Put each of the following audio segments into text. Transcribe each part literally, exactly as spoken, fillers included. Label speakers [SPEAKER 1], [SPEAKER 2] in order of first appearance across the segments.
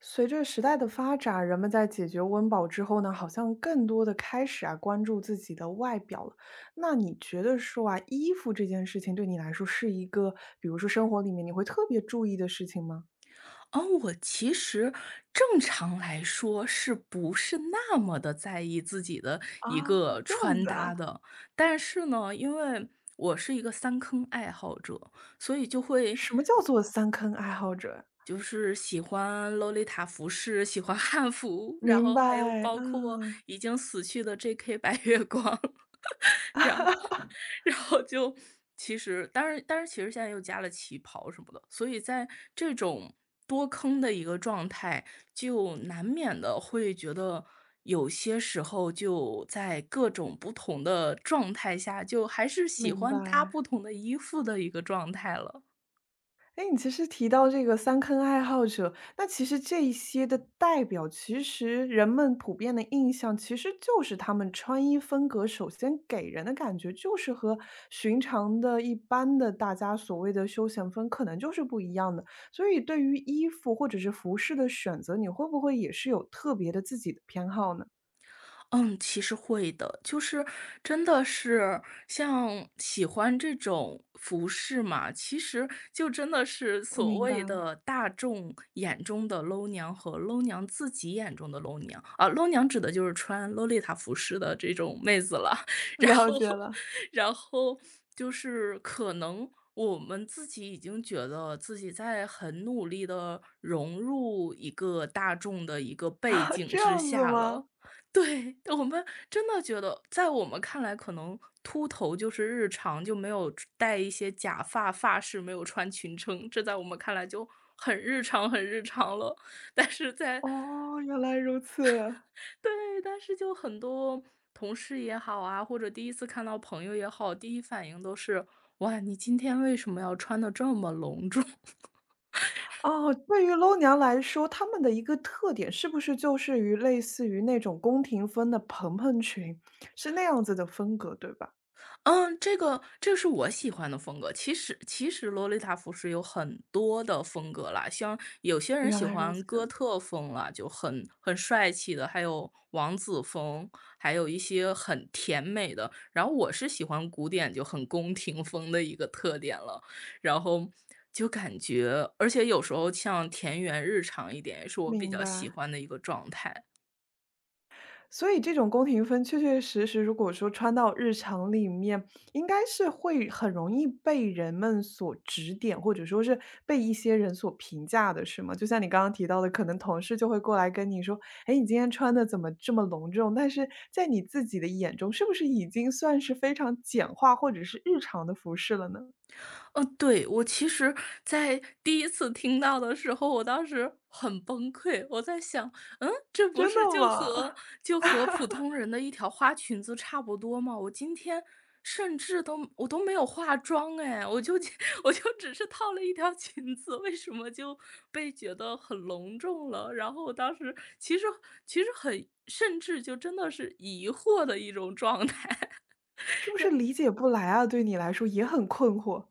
[SPEAKER 1] 随着时代的发展，人们在解决温饱之后呢，好像更多的开始啊关注自己的外表了。那你觉得说啊，衣服这件事情对你来说是一个，比如说生活里面你会特别注意的事情吗？
[SPEAKER 2] 哦，我其实正常来说是不是那么的在意自己的一
[SPEAKER 1] 啊，
[SPEAKER 2] 个
[SPEAKER 1] 这样
[SPEAKER 2] 穿
[SPEAKER 1] 子啊。
[SPEAKER 2] 搭的。但是呢，因为我是一个三坑爱好者，所以就会
[SPEAKER 1] 什么叫做三坑爱好者？
[SPEAKER 2] 就是喜欢洛丽塔服饰，喜欢汉服，然
[SPEAKER 1] 明
[SPEAKER 2] 后还有
[SPEAKER 1] 白，
[SPEAKER 2] 包括
[SPEAKER 1] 嗯。
[SPEAKER 2] 已经死去的 J K 白月光，然后 然后就其实当然当然其实现在又加了旗袍什么的，所以在这种多坑的一个状态，就难免的会觉得有些时候就在各种不同的状态下，就还是喜
[SPEAKER 1] 明
[SPEAKER 2] 欢搭
[SPEAKER 1] 白。
[SPEAKER 2] 不同的衣服的一个状态了。
[SPEAKER 1] 哎，你其实提到这个三坑爱好者，那其实这一些的代表，其实人们普遍的印象其实就是他们穿衣风格，首先给人的感觉就是和寻常的一般的大家所谓的休闲风可能就是不一样的。所以对于衣服或者是服饰的选择，你会不会也是有特别的自己的偏好呢？
[SPEAKER 2] 嗯，其实会的，就是真的是像喜欢这种服饰嘛，其实就真的是所
[SPEAKER 1] 明
[SPEAKER 2] 谓
[SPEAKER 1] 白，
[SPEAKER 2] 的大众眼中的 low 娘和 low 娘自己眼中的 low 娘啊，low 娘指的就是穿洛丽塔服饰的这种妹子了，然
[SPEAKER 1] 了
[SPEAKER 2] 后，
[SPEAKER 1] 解了。
[SPEAKER 2] 然后就是可能我们自己已经觉得自己在很努力的融入一个大众的一个 背
[SPEAKER 1] 啊，
[SPEAKER 2] 景
[SPEAKER 1] 这
[SPEAKER 2] 之
[SPEAKER 1] 样子
[SPEAKER 2] 下
[SPEAKER 1] 吗？
[SPEAKER 2] 了。对，我们真的觉得，在我们看来，可能秃头就是日常，就没有戴一些假发、发饰，没有穿裙撑，这在我们看来就很日常、很日常了。但是在
[SPEAKER 1] 哦，原来如此。
[SPEAKER 2] 对，但是就很多同事也好啊，或者第一次看到朋友也好，第一反应都是："哇，你今天为什么要穿的这么隆重？"
[SPEAKER 1] 哦，对于楼娘来说，她们的一个特点是不是就是于类似于那种宫廷风的蓬蓬裙，是那样子的风格，对吧？
[SPEAKER 2] 嗯，这个这是我喜欢的风格。其实其实洛丽塔服饰有很多的风格啦，像有些人
[SPEAKER 1] 原
[SPEAKER 2] 喜
[SPEAKER 1] 来如此，
[SPEAKER 2] 欢哥特风啦，就很很帅气的，还有王子风，还有一些很甜美的。然后我是喜欢古典，就很宫廷风的一个特点了。然后就感觉，而且有时候像田园日常一点，也是我比
[SPEAKER 1] 明
[SPEAKER 2] 较喜
[SPEAKER 1] 白。
[SPEAKER 2] 欢的一个状态。
[SPEAKER 1] 所以这种宫廷风确确实实，如果说穿到日常里面，应该是会很容易被人们所指点，或者说是被一些人所评价的，是吗？就像你刚刚提到的，可能同事就会过来跟你说：“哎，你今天穿的怎么这么隆重？”但是在你自己的眼中，是不是已经算是非常简化或者是日常的服饰了呢？
[SPEAKER 2] 嗯，对，我其实在第一次听到的时候，我当时很崩溃。我在想，嗯，这不
[SPEAKER 1] 真
[SPEAKER 2] 是
[SPEAKER 1] 的
[SPEAKER 2] 就和
[SPEAKER 1] 吗？
[SPEAKER 2] 就和普通人的一条花裙子差不多吗？我今天甚至都我都没有化妆哎，我就 我就只是套了一条 裙子，为什么就被觉得很隆重了？然后我当时其实其实很，甚至就真的是疑惑的一种状态。
[SPEAKER 1] 是不是理解不来啊？对你来说也很困惑。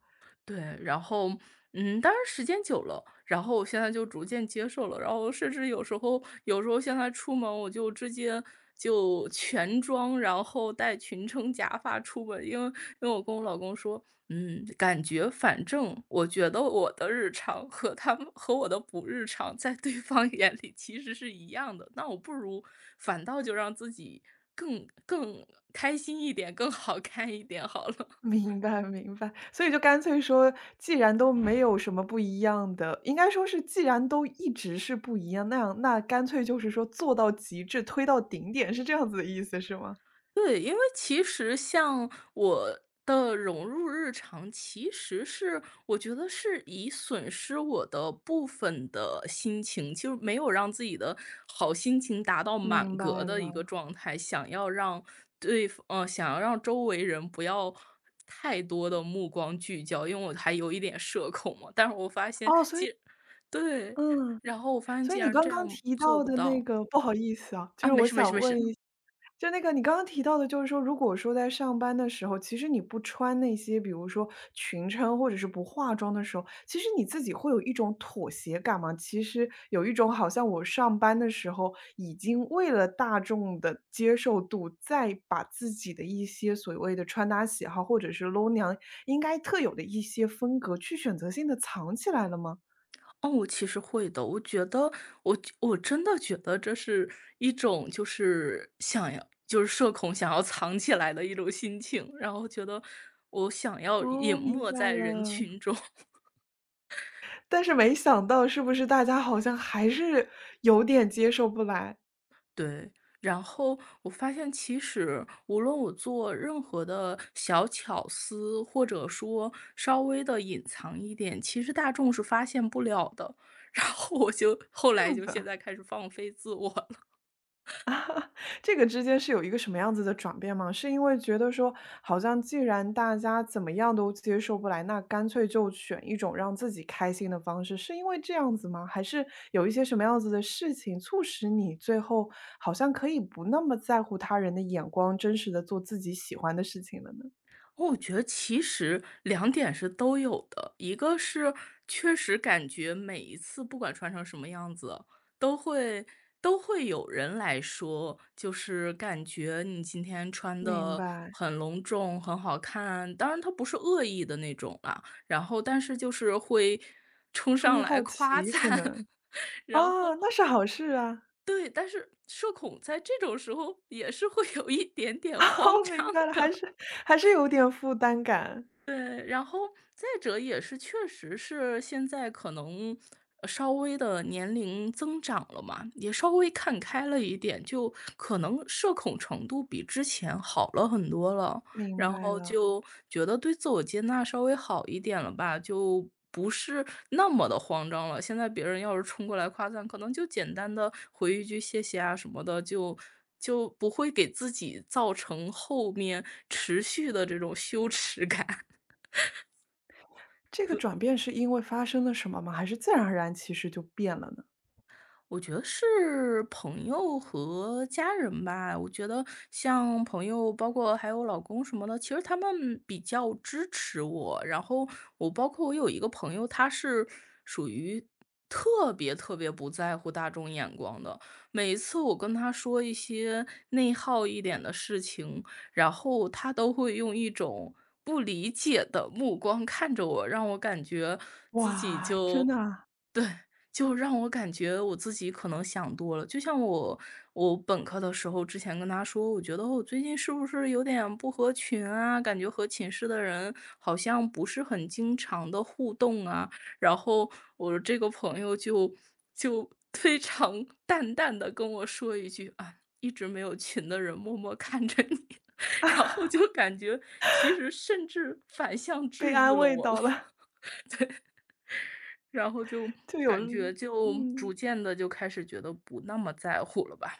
[SPEAKER 2] 对，然后，嗯，当然时间久了，然后我现在就逐渐接受了，然后甚至有时候有时候现在出门我就直接就全妆，然后戴裙撑假发出门，因为因为我跟我老公说，嗯，感觉反正我觉得我的日常和他们和我的不日常在对方 眼里其实是一样的，那我不如反倒就让自己更更开心一点，更好看一点好了。
[SPEAKER 1] 明白明白，所以就干脆说，既然都没有什么不一样的，应该说是既然都一直是不一样，那样那干脆就是说做到极致，推到顶点，是这样子的意思，是吗？
[SPEAKER 2] 对，因为其实像我的融入日常，其实是我觉得是以损失我的部分的心情，就是没有让自己的好心情达到满
[SPEAKER 1] 明白
[SPEAKER 2] 格的一个
[SPEAKER 1] 了，
[SPEAKER 2] 状态，想要让对方，呃，想要让周围人不要太多的目光聚焦，因为我还有一点社恐嘛。但是我发现，
[SPEAKER 1] 哦，所以
[SPEAKER 2] 既对，
[SPEAKER 1] 嗯。
[SPEAKER 2] 然后我发现
[SPEAKER 1] 所以
[SPEAKER 2] 竟
[SPEAKER 1] 你
[SPEAKER 2] 然
[SPEAKER 1] 刚
[SPEAKER 2] 这
[SPEAKER 1] 刚
[SPEAKER 2] 样
[SPEAKER 1] 提
[SPEAKER 2] 做
[SPEAKER 1] 到
[SPEAKER 2] 不
[SPEAKER 1] 的那
[SPEAKER 2] 到
[SPEAKER 1] 个不好意思啊，就
[SPEAKER 2] 啊！
[SPEAKER 1] 是
[SPEAKER 2] 没
[SPEAKER 1] 我
[SPEAKER 2] 事没事
[SPEAKER 1] 想
[SPEAKER 2] 没
[SPEAKER 1] 问
[SPEAKER 2] 事，
[SPEAKER 1] 一就那个你刚刚提到的，就是说，如果说在上班的时候，其实你不穿那些，比如说裙撑或者是不化妆的时候，其实你自己会有一种妥协感吗？其实有一种好像我上班的时候，已经为了大众的接受度，再把自己的一些所谓的穿搭喜好，或者是 low 娘应该特有的一些风格，去选择性的藏起来了吗？
[SPEAKER 2] 哦，我其实会的。我觉得我我真的觉得这是一种就是想要就是社恐想要藏起来的一种心情，然后觉得我想要
[SPEAKER 1] 哦，
[SPEAKER 2] 隐
[SPEAKER 1] 明
[SPEAKER 2] 没
[SPEAKER 1] 白
[SPEAKER 2] 在人
[SPEAKER 1] 了。
[SPEAKER 2] 群中。
[SPEAKER 1] 但是没想到是不是大家好像还是有点接受不来，
[SPEAKER 2] 对，然后我发现其实无论我做任何的小巧思，或者说稍微的隐藏一点，其实大众是发现不了的。然后我就后
[SPEAKER 1] 这
[SPEAKER 2] 来
[SPEAKER 1] 样
[SPEAKER 2] 就
[SPEAKER 1] 子
[SPEAKER 2] 现
[SPEAKER 1] 啊。
[SPEAKER 2] 在开始放飞自我了。
[SPEAKER 1] 这个之间是有一个什么样子的转变吗？是因为觉得说，好像既然大家怎么样都接受不来，那干脆就选一种让自己开心的方式，是因为这样子吗？还是有一些什么样子的事情促使你最后好像可以不那么在乎他人的眼光，真实的做自己喜欢的事情了呢？
[SPEAKER 2] 我觉得其实两点是都有的，一个是确实感觉每一次不管穿成什么样子，都会都会有人来说，就是感觉你今天穿
[SPEAKER 1] 明
[SPEAKER 2] 的
[SPEAKER 1] 白，
[SPEAKER 2] 很隆重、很好看，当然他不是恶意的那种啦，然后但是就是会 冲
[SPEAKER 1] 出于
[SPEAKER 2] 上来
[SPEAKER 1] 好
[SPEAKER 2] 夸
[SPEAKER 1] 奇可
[SPEAKER 2] 赞。
[SPEAKER 1] 能。
[SPEAKER 2] 然
[SPEAKER 1] 啊，
[SPEAKER 2] 后
[SPEAKER 1] 那是好事啊。
[SPEAKER 2] 对，但是社恐在这种时候也是会有一点点慌
[SPEAKER 1] 哦，明
[SPEAKER 2] 张
[SPEAKER 1] 白了，还
[SPEAKER 2] 的。
[SPEAKER 1] 是还是有点负担感，
[SPEAKER 2] 对，然后再者也是确实是现在可能呃稍微的年龄增长了嘛，也稍微看开了一点，就可能社恐程度比之前好了很多了，
[SPEAKER 1] 明
[SPEAKER 2] 然
[SPEAKER 1] 白
[SPEAKER 2] 后
[SPEAKER 1] 了。
[SPEAKER 2] 就觉得对自我接纳稍微好一点了吧，就不是那么的慌张了。现在别人要是冲过来夸赞，可能就简单的回一句谢谢啊什么的，就。就不会给自己造成后面持续的这种羞耻感。
[SPEAKER 1] 这个转变是因为发生了什么吗？还是自然而然其实就变了呢？
[SPEAKER 2] 我觉得是朋友和家人吧。我觉得像朋友，包括还有老公什么的，其实他们比较支持我。然后我包括我有一个朋友，他是属于特别特别不在乎大众眼光的。每一次我跟他说一些内耗一点的事情，然后他都会用一种不理解的目光看着我，让我感觉自己
[SPEAKER 1] 哇，真
[SPEAKER 2] 就
[SPEAKER 1] 的啊，
[SPEAKER 2] 对，就让我感觉我自己可能想多了。就像我我本科的时候，之前跟他说，我觉得我最近是不是有点不合群啊？感觉和寝室的人好像不是很经常的互动啊。然后我这个朋友就就 非常淡淡的跟我说一句啊，一直没有群的人默默看着你。然后就感觉，其实甚至反向
[SPEAKER 1] 被
[SPEAKER 2] 治愈
[SPEAKER 1] 安
[SPEAKER 2] 了
[SPEAKER 1] 慰
[SPEAKER 2] 我
[SPEAKER 1] 到
[SPEAKER 2] 吧。
[SPEAKER 1] 了，
[SPEAKER 2] 然后就
[SPEAKER 1] 就有
[SPEAKER 2] 感觉
[SPEAKER 1] 力
[SPEAKER 2] 就逐
[SPEAKER 1] 嗯。
[SPEAKER 2] 渐的就开始觉得不那么在乎了吧。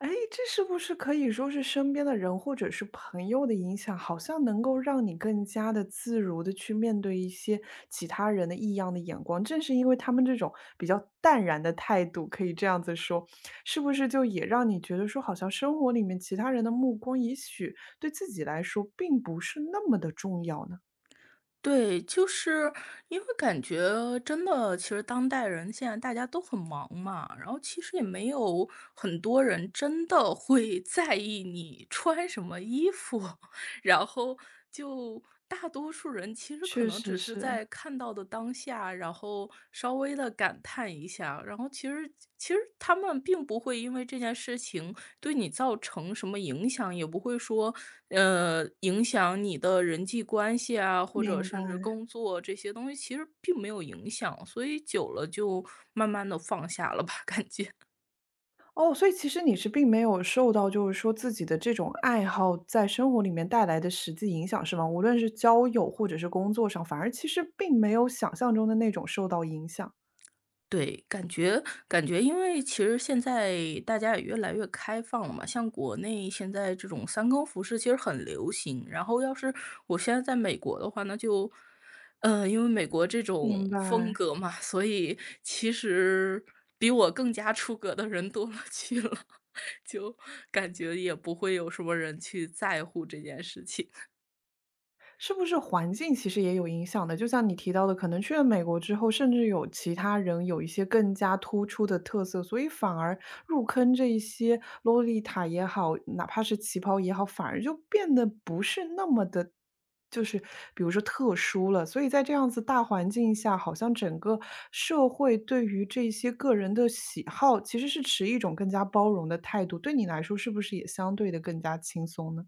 [SPEAKER 1] 哎，这是不是可以说是身边的人或者是朋友的影响，好像能够让你更加的自如的去面对一些其他人的异样的眼光？正是因为他们这种比较淡然的态度，可以这样子说，是不是就也让你觉得说，好像生活里面其他人的目光，也许对自己来说并不是那么的重要呢？
[SPEAKER 2] 对，就是因为感觉真的，其实当代人现在大家都很忙嘛，然后其实也没有很多人真的会在意你穿什么衣服。然后就大多数人其实可
[SPEAKER 1] 确
[SPEAKER 2] 能
[SPEAKER 1] 实
[SPEAKER 2] 只是
[SPEAKER 1] 是。
[SPEAKER 2] 在看到的当下，然后稍微的感叹一下，然后其实其实他们并不会因为这件事情对你造成什么影响，也不会说，呃，影响你的人际关系啊，或者
[SPEAKER 1] 明
[SPEAKER 2] 甚至
[SPEAKER 1] 白。
[SPEAKER 2] 工作这些东西其实并没有影响，所以久了就慢慢的放下了吧，感觉。
[SPEAKER 1] 哦，所以其实你是并没有受到，就是说自己的这种爱好在生活里面带来的实际影响，是吗？无论是交友或者是工作上，反而其实并没有想象中的那种受到影响。
[SPEAKER 2] 对，感觉感觉因为其实现在大家也越来越开放了嘛，像国内现在这种三更服饰其实很流行。然后要是我现在在美国的话，那就，呃，因为美国这
[SPEAKER 1] 明
[SPEAKER 2] 种风
[SPEAKER 1] 白。
[SPEAKER 2] 格嘛，所以其实比我更加出格的人多了 去了，就感觉也不会有什么人去在乎这件事情。
[SPEAKER 1] 是不是环境其实也有影响的？就像你提到的，可能去了美国之后，甚至有其他人有一些更加突出的特色，所以反而入坑这一些洛丽塔也好，哪怕是旗袍也好，反而就变得不是那么的，就是比如说特殊了。所以在这样子大环境下，好像整个社会对于这些个人的喜好，其实是持一种更加包容的态度。对你来说，是不是也相对的更加轻松呢？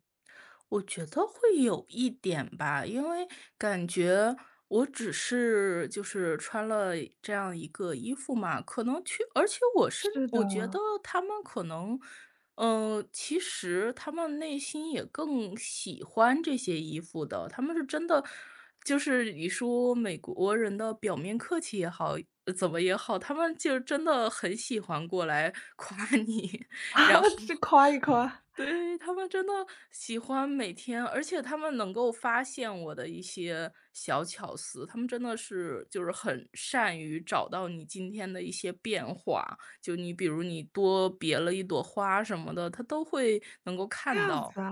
[SPEAKER 2] 我觉得会有一点吧，因为感觉我只是就是穿了这样一个衣服嘛，可能去，而且我是
[SPEAKER 1] 是的，
[SPEAKER 2] 我觉得 他们可能，嗯，其实他们内心也更喜欢这些衣服的，他们是真的，就是你说美国人的表面客气也好，呃怎么也好，他们就真的很喜欢过来 夸你，
[SPEAKER 1] 啊，
[SPEAKER 2] 然后
[SPEAKER 1] 这夸一夸。
[SPEAKER 2] 对，他们真的喜欢每天而且他们能够发现我的一些小巧思，他们真的是就是很善于找到你今天的一些变化，就你比如你多别了一朵花什么的，他都会能够
[SPEAKER 1] 这
[SPEAKER 2] 看
[SPEAKER 1] 样子
[SPEAKER 2] 到，
[SPEAKER 1] 啊，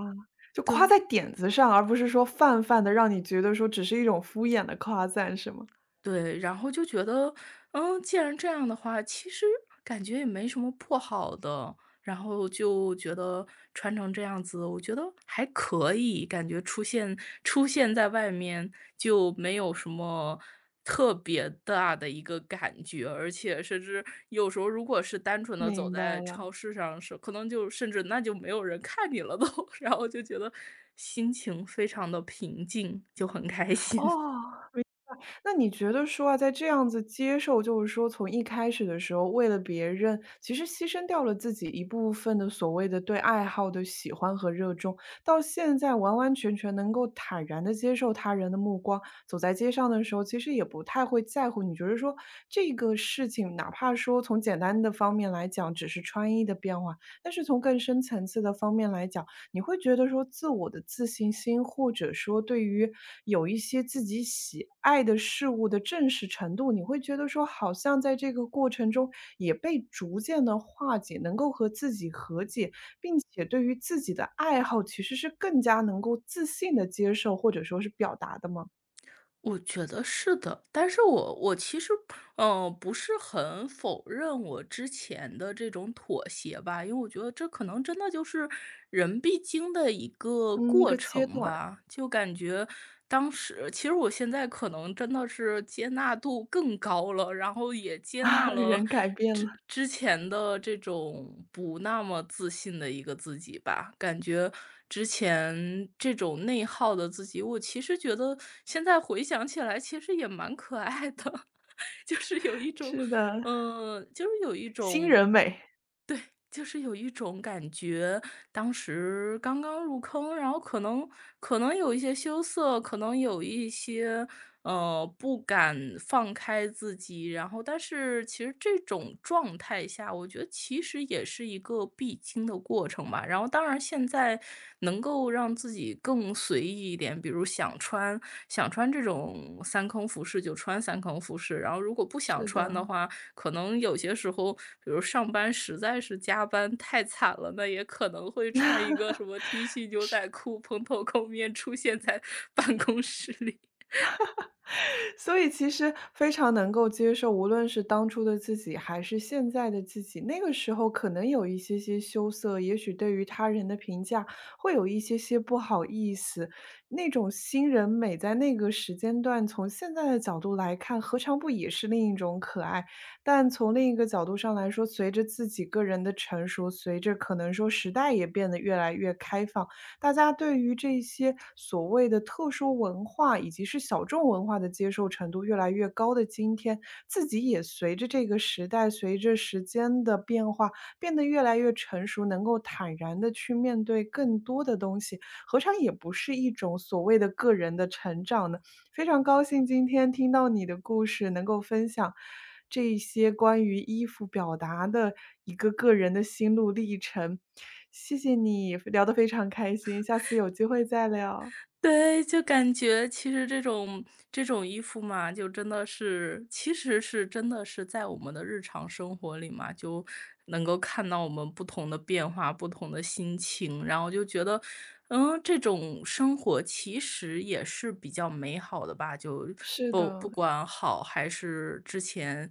[SPEAKER 1] 就夸
[SPEAKER 2] 对。
[SPEAKER 1] 在点子上，而不是说泛泛的，让你觉得说只是一种敷衍的夸赞是吗？
[SPEAKER 2] 对，然后就觉得，嗯，既然这样的话，其实感觉也没什么不好的，然后就觉得穿成这样子，我觉得还可以，感觉出现出现在外面就没有什么特别大的一个感觉，而且甚至有时候如果是单纯的走
[SPEAKER 1] 明白
[SPEAKER 2] 在
[SPEAKER 1] 了，
[SPEAKER 2] 超市上是可能就甚至那就没有人看你了都，然后就觉得心情非常的平静，就很开心。
[SPEAKER 1] 哦。那你觉得说啊，在这样子接受，就是说从一开始的时候，为了别人，其实牺牲掉了自己一部分的所谓的对爱好的喜欢和热衷，到现在完完全全能够坦然的接受他人的目光，走在街上的时候，其实也不太会在乎。你觉得说这个事情，哪怕说从简单的方面来讲，只是穿衣的变化，但是从更深层次的方面来讲，你会觉得说自我的自信心，或者说对于有一些自己喜爱的事物的正视程度，你会觉得说好像在这个过程中也被逐渐的化解，能够和自己和解，并且对于自己的爱好其实是更加能够自信的接受，或者说是表达的吗？
[SPEAKER 2] 我觉得是的，但是我我其实嗯，呃不是很否认我之前的这种妥协吧，因为我觉得这可能真的就是人必经的一个
[SPEAKER 1] 嗯，一
[SPEAKER 2] 过
[SPEAKER 1] 个阶
[SPEAKER 2] 程
[SPEAKER 1] 段
[SPEAKER 2] 吧。就感觉当时，其实我现在可能真的是接纳度更高了，然后也接
[SPEAKER 1] 啊，
[SPEAKER 2] 纳了
[SPEAKER 1] 人改变了，
[SPEAKER 2] 之之前的这种不那么自信的一个自己吧。感觉之前这种内耗的自己，我其实觉得现在回想起来，其实也蛮可爱的。就是有一种，
[SPEAKER 1] 是的，
[SPEAKER 2] 呃，就是有一
[SPEAKER 1] 新
[SPEAKER 2] 种，
[SPEAKER 1] 人美，
[SPEAKER 2] 就是有一种感觉，当时刚刚入坑，然后可能可能有一些羞涩，可能有一些呃不敢放开自己，然后但是其实这种状态下，我觉得其实也是一个必经的过程吧。然后当然现在能够。够让自己更随意一点，比如想穿想穿这种三坑服饰就穿三坑服饰，然后如果不想
[SPEAKER 1] 是
[SPEAKER 2] 穿的
[SPEAKER 1] 的。
[SPEAKER 2] 话，可能有些时候，比如上班实在是加班太惨了，那也可能会穿一个什么 T 恤、牛仔裤、蓬头垢面出现在办公室里。
[SPEAKER 1] 所以其实非常能够接受，无论是当初的自己，还是现在的自己，那个时候可能有一些些羞涩，也许对于他人的评价会有一些些不好意思。那种新人美在那个时间段，从现在的角度来看，何尝不也是另一种可爱？但从另一个角度上来说，随着自己个人的成熟，随着可能说时代也变得越来越开放。大家对于这些所谓的特殊文化以及是小众文化的接受程度越来越高的今天，自己也随着这个时代、随着时间的变化，变得越来越成熟，能够坦然的去面对更多的东西，何尝也不是一种所谓的个人的成长呢？非常高兴今天听到你的故事，能够分享这些关于衣服表达的一个个人的心路历程。谢谢你，聊得非常开心，下次有机会再聊。
[SPEAKER 2] 对，就感觉其实这种这种衣服嘛，就真的是其实是真的是在我们的日常生活里嘛，就能够看到我们不同的变化、不同的心情，然后就觉得，嗯，这种生活其实也是比较美好的吧，就
[SPEAKER 1] 是
[SPEAKER 2] 不
[SPEAKER 1] 的。
[SPEAKER 2] 不管好还是之前